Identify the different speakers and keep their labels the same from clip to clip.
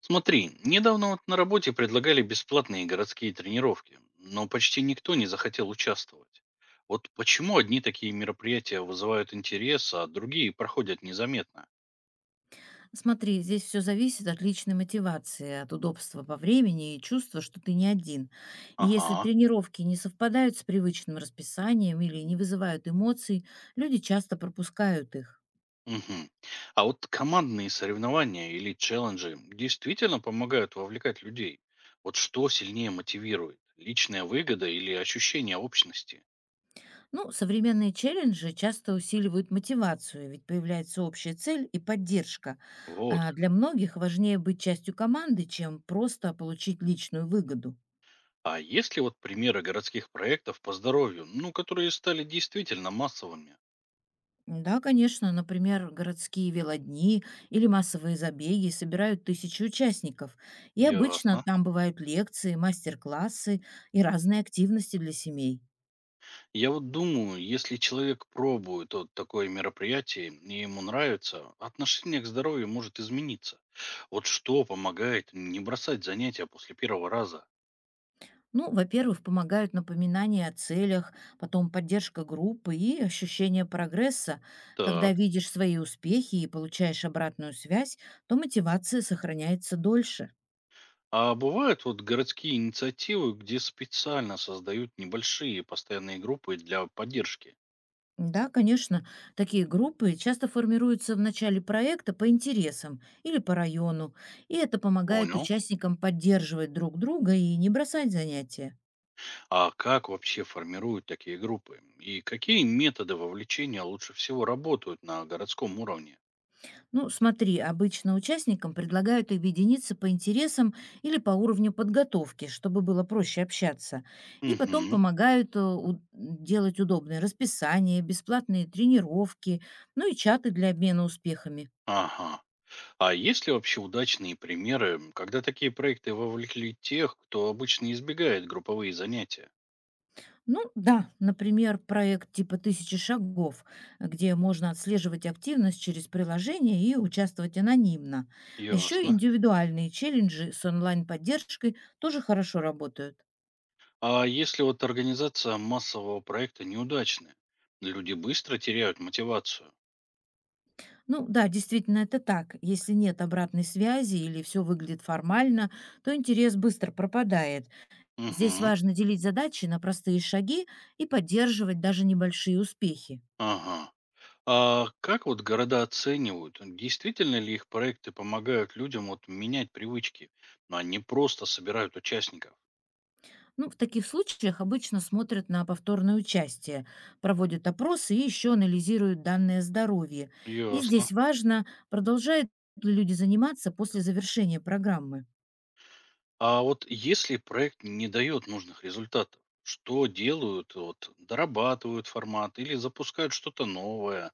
Speaker 1: Смотри, недавно вот на работе предлагали бесплатные городские тренировки, но почти никто не захотел участвовать. Вот почему одни такие мероприятия вызывают интерес, а другие проходят незаметно?
Speaker 2: Смотри, здесь все зависит от личной мотивации, от удобства по времени и чувства, что ты не один. И если
Speaker 1: Ага.
Speaker 2: тренировки не совпадают с привычным расписанием или не вызывают эмоций, люди часто пропускают их.
Speaker 1: Мгм. А вот командные соревнования или челленджи действительно помогают вовлекать людей. Вот что сильнее мотивирует? Личная выгода или ощущение общности?
Speaker 2: Ну, современные челленджи часто усиливают мотивацию, ведь появляется общая цель и поддержка.
Speaker 1: Вот
Speaker 2: А
Speaker 1: как.
Speaker 2: для многих важнее быть частью команды, чем просто получить личную выгоду.
Speaker 1: А есть ли вот примеры городских проектов по здоровью, ну, которые стали действительно массовыми?
Speaker 2: Да, конечно. Например, городские велодни или массовые забеги собирают тысячи участников. И обычно
Speaker 1: Ясно.
Speaker 2: там бывают лекции, мастер-классы и разные активности для семей.
Speaker 1: Я вот думаю, если человек пробует вот такое мероприятие и ему нравится, отношение к здоровью может измениться. Вот что помогает не бросать занятия после первого раза?
Speaker 2: Ну, во-первых, помогают напоминания о целях, потом поддержка группы и ощущение прогресса. Когда
Speaker 1: Так.
Speaker 2: видишь свои успехи и получаешь обратную связь, то мотивация сохраняется дольше.
Speaker 1: А бывают вот городские инициативы, где специально создают небольшие постоянные группы для поддержки?
Speaker 2: Да, конечно. Такие группы часто формируются в начале проекта по интересам или по району, и это помогает
Speaker 1: Понял.
Speaker 2: участникам поддерживать друг друга и не бросать занятия.
Speaker 1: А как вообще формируют такие группы? И какие методы вовлечения лучше всего работают на городском уровне?
Speaker 2: Ну, смотри, обычно участникам предлагают объединиться по интересам или по уровню подготовки, чтобы было проще общаться, и потом
Speaker 1: Угу.
Speaker 2: помогают делать удобные расписания, бесплатные тренировки, ну и чаты для обмена успехами.
Speaker 1: Ага. А есть ли вообще удачные примеры, когда такие проекты вовлекли тех, кто обычно избегает групповые занятия?
Speaker 2: Ну да, например, проект типа «Тысячи шагов», где можно отслеживать активность через приложение и участвовать анонимно. А еще
Speaker 1: Ясно.
Speaker 2: индивидуальные челленджи с онлайн-поддержкой тоже хорошо работают.
Speaker 1: А если вот организация массового проекта неудачная? Люди быстро теряют мотивацию.
Speaker 2: Ну да, действительно это так. Если нет обратной связи или все выглядит формально, то интерес быстро пропадает. Здесь
Speaker 1: Угу.
Speaker 2: важно делить задачи на простые шаги и поддерживать даже небольшие успехи.
Speaker 1: Ага. А как вот города оценивают, действительно ли их проекты помогают людям вот менять привычки, а не просто собирают участников?
Speaker 2: Ну, в таких случаях обычно смотрят на повторное участие, проводят опросы и еще анализируют данные о здоровье. И
Speaker 1: Ясно.
Speaker 2: здесь важно, продолжают ли люди заниматься после завершения программы.
Speaker 1: А вот если проект не дает нужных результатов, что делают? Вот, дорабатывают формат или запускают что-то новое?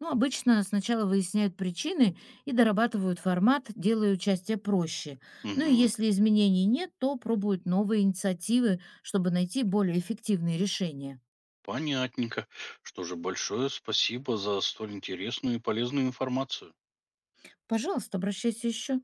Speaker 2: Ну, обычно сначала выясняют причины и дорабатывают формат, делая участие проще. Ну и
Speaker 1: Мгм,
Speaker 2: если изменений нет, то пробуют новые инициативы, чтобы найти более эффективные решения.
Speaker 1: понятненько. Что же, большое спасибо за столь интересную и полезную информацию.
Speaker 2: Пожалуйста, обращайся еще.